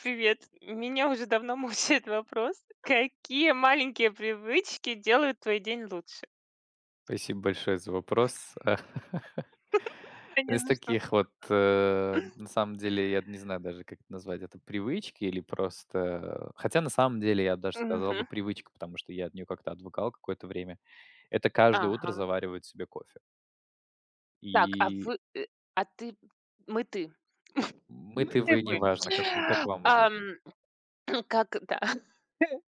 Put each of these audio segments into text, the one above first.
Привет. Меня уже давно мучает вопрос, какие маленькие привычки делают твой день лучше? Спасибо большое за вопрос. Да не Из за что. таких вот, на самом деле, я не знаю даже, как это назвать, это привычки или просто. Хотя на самом деле я даже сказал Мгм. бы привычка, потому что я от нее как-то отвыкал какое-то время. Это каждое утро Ага. заваривать себе кофе. Так, а И вы, а ты, мы ты. Мы мытый ты вы, вы. неважно, как вам Ам, удобно. как, да.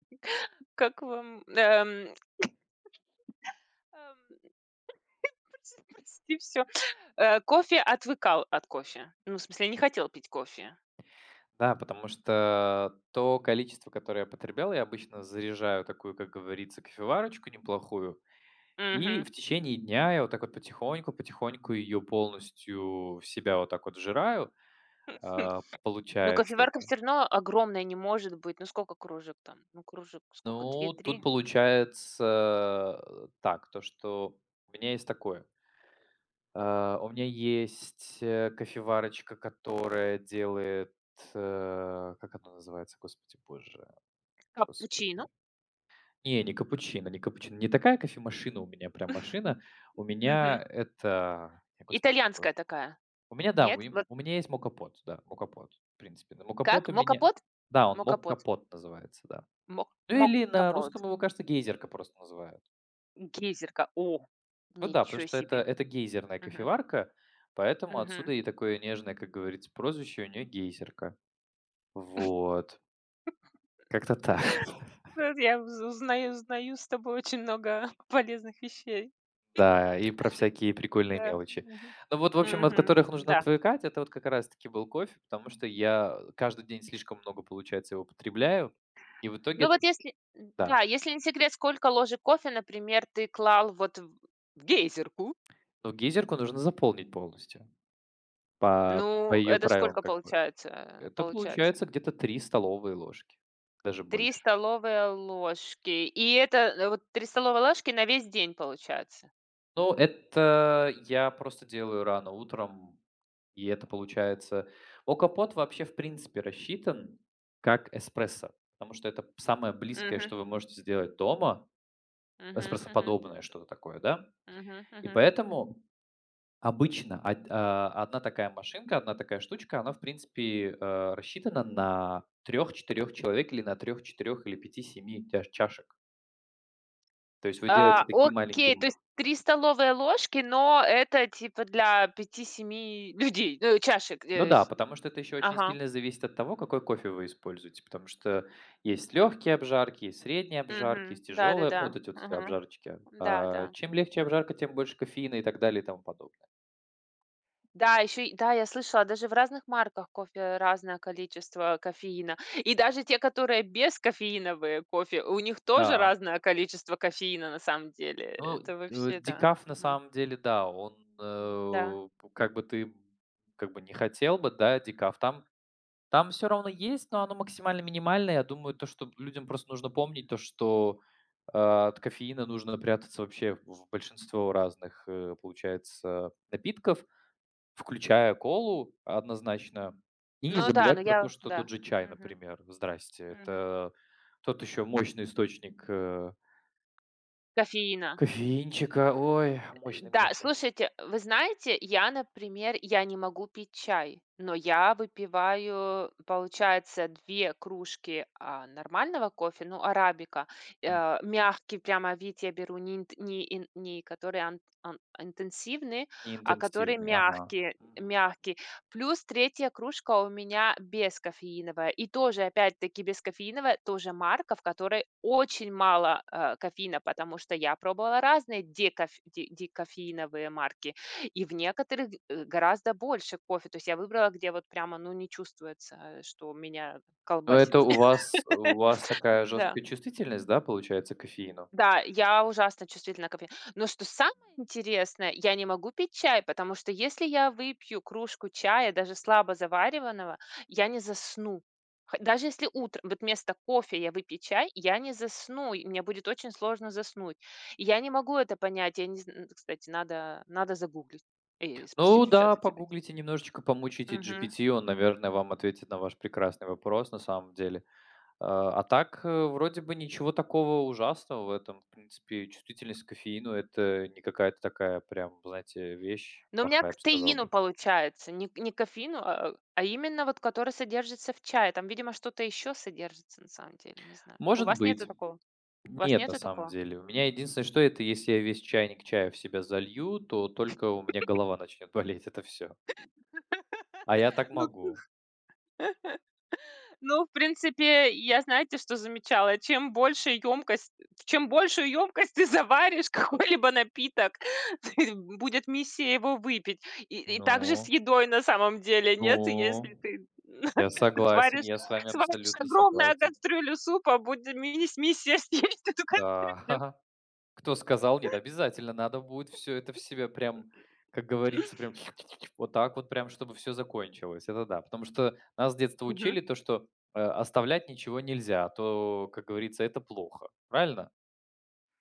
Как вам, ам, прости, все. Кофе отвыкал от кофе. Ну, в смысле, не хотел пить кофе. Да, потому что то количество, которое я потреблял, я обычно заряжаю такую, как говорится, кофеварочку неплохую. И Мгм. в течение дня я вот так вот потихоньку-потихоньку ее полностью в себя вот так вот вжираю, Ну, получается, кофеварка да. всё равно огромная не может быть. Ну, сколько кружек там? Ну, кружек сколько? Ну, тут Две-три? получается, так, то, что у меня есть такое. У меня есть, кофеварочка, которая делает, как она называется, господи боже, Капучино? господи. Не, не капучино, не капучино. Не такая кофемашина у меня, прям машина. У меня Мгм. это, я, господи боже. Итальянская такая. У меня, да, Нет? Вот у меня есть мокапот, да, мокапот, в принципе. Но мокапот как? у меня Моккапот? да, он Моккапот. моккапот называется, да. Мок Ну, или на моккапот. русском его, кажется, гейзерка просто называют. Гейзерка. О! Ну да, потому Ничего что себе. это гейзерная Мгм. кофеварка, поэтому Мгм. отсюда и такое нежное, как говорится, прозвище у нее — «гейзерка». Вот. Как-то так. Вот я уз узнаю с тобой очень много полезных вещей. Да, и про всякие прикольные Да. мелочи. Мгм. Ну вот, в общем, от Мгм. которых нужно Да. отвыкать, это вот как раз таки был кофе, потому что я каждый день слишком много, получается, его потребляю, и в Ну, итоге вот если да. да, если не секрет, сколько ложек кофе, например, ты клал вот в гейзерку? Но гейзерку нужно заполнить полностью по Ну, ее это правилам, сколько как бы. получается? Это получается Получается где-то 3 столовые ложки, даже три больше. столовые ложки. И это, вот 3 столовые ложки на весь день получается. Ну, это я просто делаю рано утром, и это получается. Окопот вообще, в принципе, рассчитан как эспрессо, потому что это самое близкое, Мгм. что вы можете сделать дома, Мгм. Мгм. эспрессоподобное что-то такое, да. Мгм. И Мгм. поэтому 1 такая машинка, одна такая штучка, она, в принципе, рассчитана на трех-четырех человек или на трех-четырех или пяти-семи чашек. То есть вы делаете А, такие маленькие окей, то м. есть 3 столовые ложки, но это типа для пяти-семи людей, ну, чашек, Ну э, да, з. потому что это еще очень Ага. сильно зависит от того, какой кофе вы используете, потому что есть легкие обжарки, есть средние обжарки, Мгм. есть тяжелые, ну, Да-да-да. вот эти вот все Мгм. обжарочки. Да, да. Чем легче обжарка, тем больше кофеина и так далее и тому подобное. Да, еще, и- да, я слышала, даже в разных марках кофе разное количество кофеина. И даже те, которые без кофеиновые кофе, у них тоже Да. разное количество кофеина на самом деле. Ну, Это вообще, да. Дикаф на Мгм. самом деле, да, он, Да. Как бы ты, как бы не хотел бы, да, Дикаф. Там все равно есть, но оно максимально минимальное. Я думаю, то, что людям просто нужно помнить то, что, от кофеина нужно прятаться вообще в большинство разных, получается, напитков, включая колу однозначно. И не Ну да, ну забывать про то, я, что тот да. же чай, Мгм. например. Здрасте. Мгм. Это тот еще мощный источник, Кофеина. кофеинчика. Ой, Да, мощный. слушайте, вы знаете, я не могу пить чай, но я выпиваю, получается, 2 кружки, а, нормального кофе, ну, арабика. Мягкий прямо вид я беру, не который ан ан интенсивный, а который Неинтенсивный, ага. мягкий, Мгм. мягкий. Плюс третья кружка у меня бескофеиновая. И тоже, опять-таки, бескофеиновая, тоже марка, в которой очень мало, кофеина, потому что я пробовала разные декофеиновые марки, и в некоторых, гораздо больше кофе. То есть я выбрала, где вот прямо, ну, не чувствуется, что меня Ну, колбасит. это у вас такая Да. жесткая чувствительность, да, получается, к кофеину? Да, я ужасно чувствительна к кофе. Но что самое интересное, я не могу пить чай, потому что если я выпью кружку чая, даже слабо завариваного, я не засну. Х даже если утром вот вместо кофе я выпью чай, я не засну, и мне будет очень сложно заснуть. И я не могу это понять. Я не зн, кстати, надо загуглить и Ну спросить у да, ChatGPT. погуглите немножечко, помучите GPT, он, наверное, вам ответит на ваш прекрасный вопрос, на самом деле. А так, вроде бы ничего такого ужасного в этом. В принципе, чувствительность к кофеину — это не какая-то такая прям, знаете, вещь Но у меня плохая, я к бы сказал теину бы. получается, не кофеину, а именно вот который содержится в чае. Там, видимо, что-то еще содержится на самом деле, не знаю. У Может вас нету быть. такого? У вас Нет, на нету самом такого? деле. У меня единственное, что это если я весь чайник чая в себя залью, то только у меня голова начнет болеть, это все. А я так могу. Ну, в принципе, я, знаете, что замечала? Чем больше емкость, в чем большую емкость ты заваришь какой-либо напиток, будет миссия его выпить. И также с Ну, едой на самом деле, нет? Если ну. ты Я согласен, сваришь я с вами сваришь абсолютно огромную согласен. кастрюлю супа, будет мини миссия съесть эту Да. кастрюлю. Кто сказал, нет, обязательно надо будет все это в себя прям, как говорится, прям вот так вот прям, чтобы все закончилось. Это да. Потому что нас с детства Мгм. учили то, что оставлять ничего нельзя, а то, как говорится, это плохо. Правильно?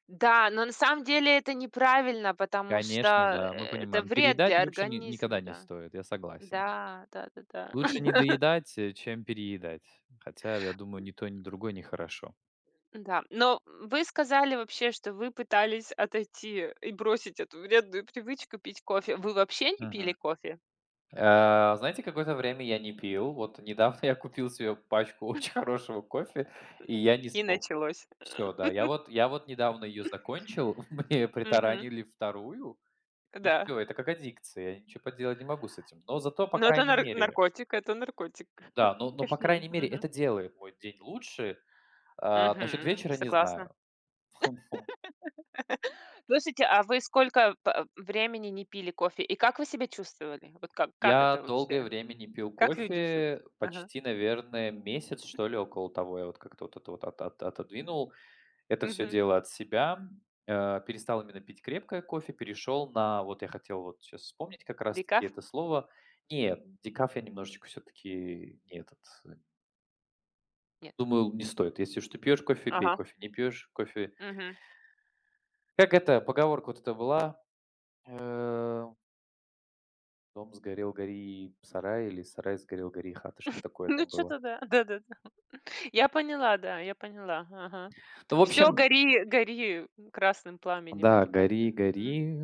Да, но на самом деле это неправильно, потому что, Конечно, да, мы это понимаем. вред Переедать для лучше ни организма, никогда не да. стоит, я согласен. Да, да-да-да. Лучше не доедать, чем переедать. Хотя, я думаю, ни то, ни другое нехорошо. Да, но вы сказали вообще, что вы пытались отойти и бросить эту вредную привычку пить кофе. Вы вообще не пили Мгм. кофе? Знаете, какое-то время я не пил. Вот недавно я купил себе пачку очень хорошего кофе, и я не И смог. началось. Все, да, я вот недавно ее закончил, мне Мгм. притаранили вторую и Да. все. Это как аддикция, я ничего поделать не могу с этим. Но зато, по Но это крайней нар- мере, наркотик, это наркотик. да, но, по Кофеин. крайней мере, Мгм. это делает мой день лучше. Насчет Мгм. вечера не Согласна. знаю. Слушайте, а вы сколько п- времени не пили кофе? И как вы себя чувствовали? Вот как это Я долгое вообще? время не пил Как люди живут? кофе, Ага. почти, наверное, месяц, что ли, около того. Я вот как-то вот это вот отодвинул это все Мгм. дело от себя. Перестал именно пить крепкое кофе, перешел на, вот я хотел вот сейчас вспомнить как раз-таки Декаф? это слово. Нет, декаф я немножечко все-таки не этот. э, Нет. Думаю, не стоит. Если что, пьешь кофе, пей Ага. кофе. Не пьешь кофе. Мгм. Как это, поговорка вот это была? Э, «Дом сгорел, гори сарай» или «Сарай сгорел, гори хата», что-то такое Ну, там было. что-то да. Да-да-да. Я поняла, да, я поняла. Ага. Ну, в Все, общем, гори, гори красным пламенем" да, или как-то. «Гори, Мгм. гори,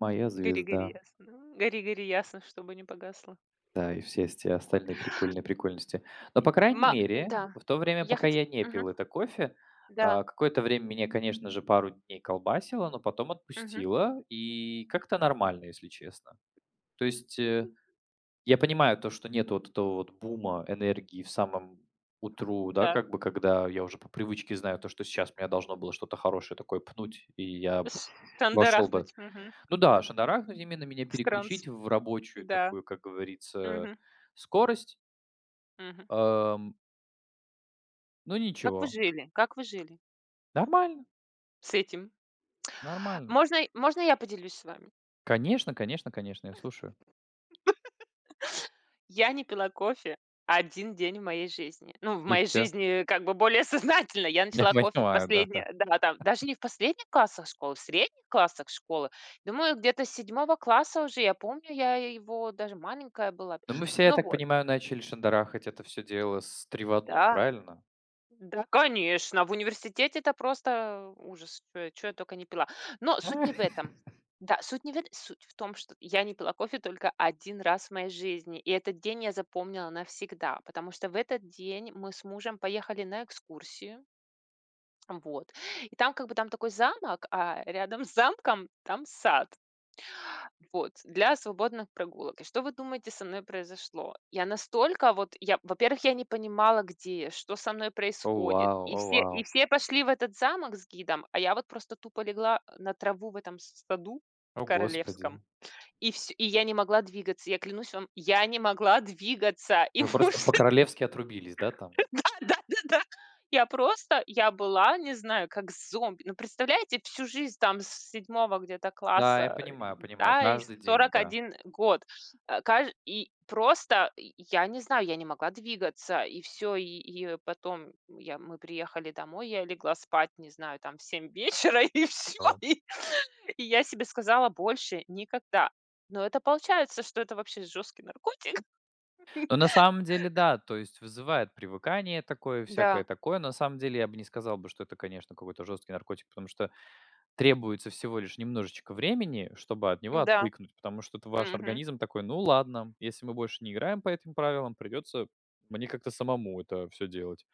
моя "Гори, гори звезда». ясно, М, гори, гори ясно, чтобы не погасло". Да, и все эти Вот. остальные прикольные прикольности. Но, по крайней Ма мере, да, в то время, я пока хотела. я не пил это кофе, Да. Какое-то время меня, конечно же, пару дней колбасило, но потом Мгм. отпустило, и как-то нормально, если честно. То есть, э Я понимаю то, что нет вот этого вот бума энергии в самом утру, да, Да. как бы, когда я уже по привычке знаю то, что сейчас меня должно было что-то хорошее такое пнуть, и я Ш вошел бы. шандарахнуть. Мгм. Ну да, Да. шандарахнуть именно, меня В транс. переключить в рабочую Да. такую, как говорится, Мгм. скорость. Мгм. Эм, ну Как вы ничего, жили? Как вы жили нормально, с этим? нормально. Можно я поделюсь с вами? Конечно, я слушаю. Я не пила кофе один день в моей жизни. Ну, в И моей все. жизни как бы более сознательно. Я Я начала кофе в понимаю, да-да. последние да, там, даже не в последних классах школы, в средних классах школы. Думаю, где-то с 7 класса уже, я помню, я его даже маленькая была. Но мы все, я Ну так вот, понимаю, начали шандарахать это все дело с 3 в 1, да. правильно? Да, конечно, в университете это просто ужас, что я только не пила. Но суть О, не в этом. Да, суть не в этом. Суть в том, что я не пила кофе только один раз в моей жизни, и этот день я запомнила навсегда, потому что в этот день мы с мужем поехали на экскурсию, вот, и там как бы там такой замок, а рядом с замком там сад. Вот, для свободных прогулок. И что вы думаете, со мной произошло? Я настолько вот, я, во-первых, я не понимала, где я, что со мной происходит. вау, о, И вау. все пошли в этот замок с гидом, а я вот просто тупо легла на траву в этом с- саду О, господи. королевском. И, всё- и я не могла двигаться. Я клянусь вам, я не могла двигаться. И Вы муж просто по-королевски отрубились, да, там? Да-да-да-да. Я просто я была, не знаю, как зомби. Ну, представляете, всю жизнь там с седьмого где-то Да, я класса, понимаю, понимаю. да, и Каждый день, сорок да. один год. Каж и просто и я не знаю, я не могла двигаться, и все. И потом я мы приехали домой, я легла спать, не знаю, там в 7 вечера, и все. Ну. И я себе сказала: "Больше никогда". Но это получается, что это вообще жесткий наркотик. Но на самом деле, да, то есть вызывает привыкание такое, всякое Да, такое. На самом деле, я бы не сказал бы, что это, конечно, какой-то жесткий наркотик, потому что требуется всего лишь немножечко времени, чтобы от него да. отвыкнуть, потому что это ваш Мгм. организм такой: «Ну ладно, если мы больше не играем по этим правилам, придется мне как-то самому это все делать».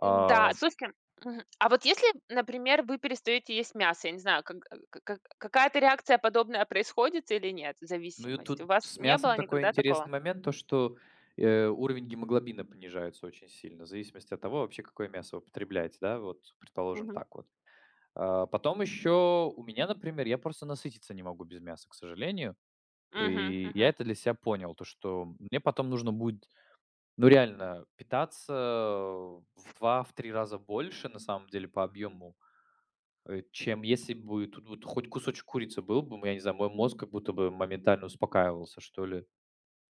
А М-да, слушайте, мгм, а вот если, например, вы перестаете есть мясо, я не знаю, как как какая-то реакция подобная происходит или нет? Ну и Зависимость. У тут вас с не мясом было такой никогда такого? интересный момент, то что, уровень гемоглобина понижается очень сильно, в зависимости от того вообще, какое мясо вы потребляете, да, вот предположим Мгм. так вот. Потом еще у меня, например, я просто насытиться не могу без мяса, к сожалению. Мгм, И мгм. я это для себя понял, то что мне потом нужно будет, ну, реально питаться в 2, в 3 раза больше, на самом деле, по объему, чем если бы тут вот хоть кусочек курицы был бы, я не знаю, мой мозг как будто бы моментально успокаивался, что ли.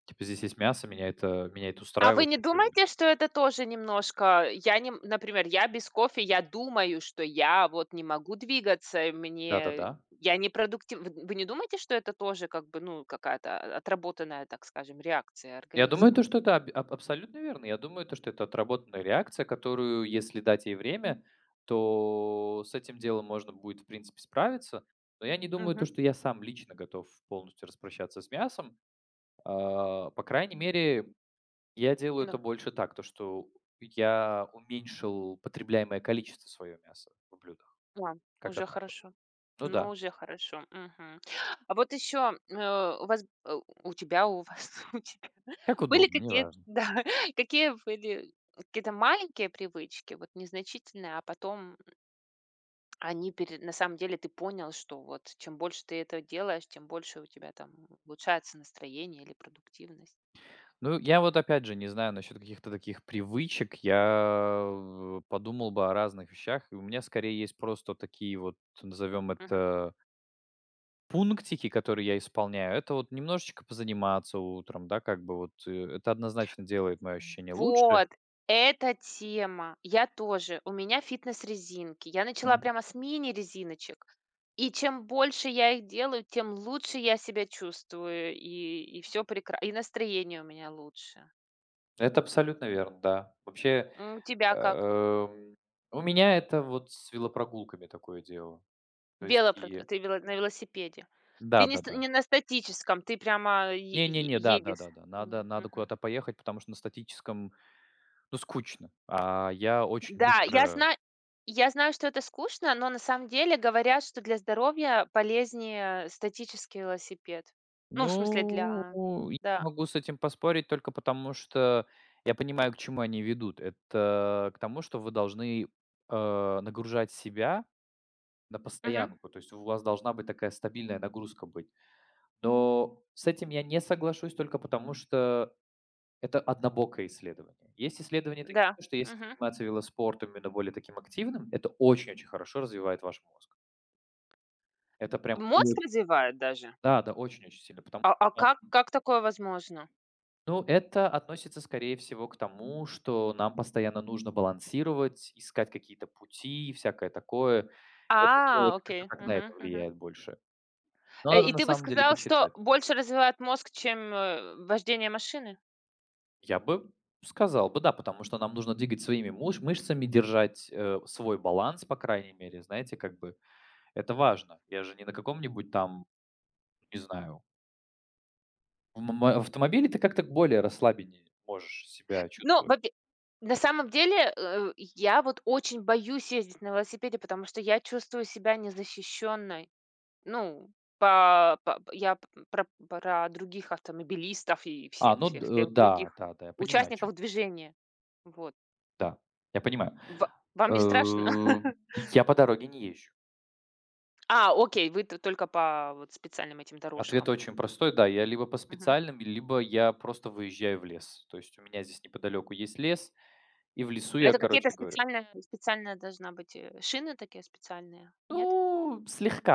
Типа здесь есть мясо, меня это А вы устраивает, не я это люблю. думаете, что это тоже немножко я не м, например, я без кофе, я думаю, что я вот не могу двигаться, и Да-да-да. мне я не продуктив, вы не думаете, что это тоже как бы, ну, какая-то, а, отработанная, так скажем, реакция Я думаю, организма? то, что это аб аб абсолютно верно. Я думаю, то, что это отработанная реакция, которую, если дать ей время, то с этим делом можно будет, в принципе, справиться. Но я не думаю, то, Мгм, что я сам лично готов полностью распрощаться с мясом. По крайней мере, я делаю это да. больше так, то, что я уменьшил потребляемое количество своего мяса в блюдах. А, Как-то уже так вот. хорошо. Ну Ну, да. уже хорошо. Мгм. А вот еще, у вас, у тебя, у вас, у тебя Как были удобно, какие-то, неважно. да, какие были какие-то маленькие привычки, вот незначительные, а потом они пере на самом деле ты понял, что вот чем больше ты это делаешь, тем больше у тебя там улучшается настроение или продуктивность? Ну, я вот опять же не знаю насчет каких-то таких привычек. Подумал бы о разных вещах. И у меня скорее есть просто такие вот, назовем это, пунктики, которые я исполняю. Это вот немножечко позаниматься утром, да, как бы вот. Это однозначно делает мое ощущение лучше. Вот, эта тема. Я тоже. У меня фитнес-резинки. Я начала Мгм. прямо с мини-резиночек. И чем больше я их делаю, тем лучше я себя чувствую. И все прекрасно. И настроение у меня лучше. Это абсолютно верно, да. Вообще, М, у тебя как? эм, у меня это вот с велопрогулками такое дело. То есть Велопро... и... Ты вело- на велосипеде. Ты Да, не, да, ст- да. не на статическом, ты прямо е- Не-не-не, е- да, да, едешь. да, да. Не, Надо, надо мгм. куда-то поехать, потому что на статическом ну, скучно. А я очень Да, быстро. Я знаю, что это скучно, но на самом деле говорят, что для здоровья полезнее статический велосипед. Ну, в смысле, Ну, для я да. могу с этим поспорить только потому, что я понимаю, к чему они ведут. Это к тому, что вы должны, нагружать себя на Мгм. постоянку, то есть у вас должна быть такая стабильная нагрузка быть. Но с этим я не соглашусь только потому, что это однобокое исследование. Есть исследования такие, Да. что если Мгм. заниматься велоспортом, именно более таким активным, это очень-очень хорошо развивает ваш мозг. Это прям. Мозг развивает даже? Да, да, очень-очень сильно, потому А что а там как такое возможно? ну, это относится, скорее всего, к тому, что нам постоянно нужно балансировать, искать какие-то пути и всякое такое. Я А, Это как-то окей. так на Мгм, это мгм. влияет больше. Но надо И на ты бы самом деле сказал, что почитать. больше развивает мозг, чем, вождение машины? Я бы сказал бы, да, потому что нам нужно двигать своими муш мышцами, держать, свой баланс, по крайней мере, знаете, как бы это важно. Я же не на каком-нибудь там, не знаю, в мо автомобиле ты как-то более расслабеннее можешь себя Ну, чувствовать. вопе на самом деле, я вот очень боюсь ездить на велосипеде, потому что я чувствую себя незащищенной. Ну, по п- я п- про про других автомобилистов и всех всех всех Да, других да-да, я понимаю, о чём участников вы. движения. Вот. Да, я понимаю. Ва вам не страшно? Э, я по дороге не езжу. А, окей, вы т только по вот специальным этим Ответ дорожкам. очень простой. Да, я либо по Мгм. специальным, либо я просто выезжаю в лес. То есть у меня здесь неподалеку есть лес, и в лесу А я, это какие-то короче, говорю специальные специальная должна быть, шины такие специальные, нет, ну,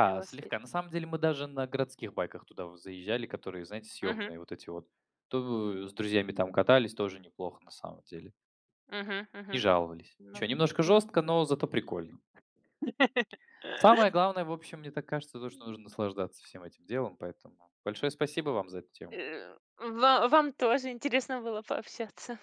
на велосипед? слегка. На самом деле мы даже на городских байках туда в заезжали, которые, знаете, Мгм, съемные вот эти вот. То с друзьями там катались, тоже неплохо на самом деле. мгм, Не мгм. жаловались. Ничего, Ну, немножко м. жестко, но зато прикольно. Самое главное, в общем, мне так кажется, то, что нужно наслаждаться всем этим делом, поэтому большое спасибо вам за эту тему. Ва вам тоже интересно было пообщаться.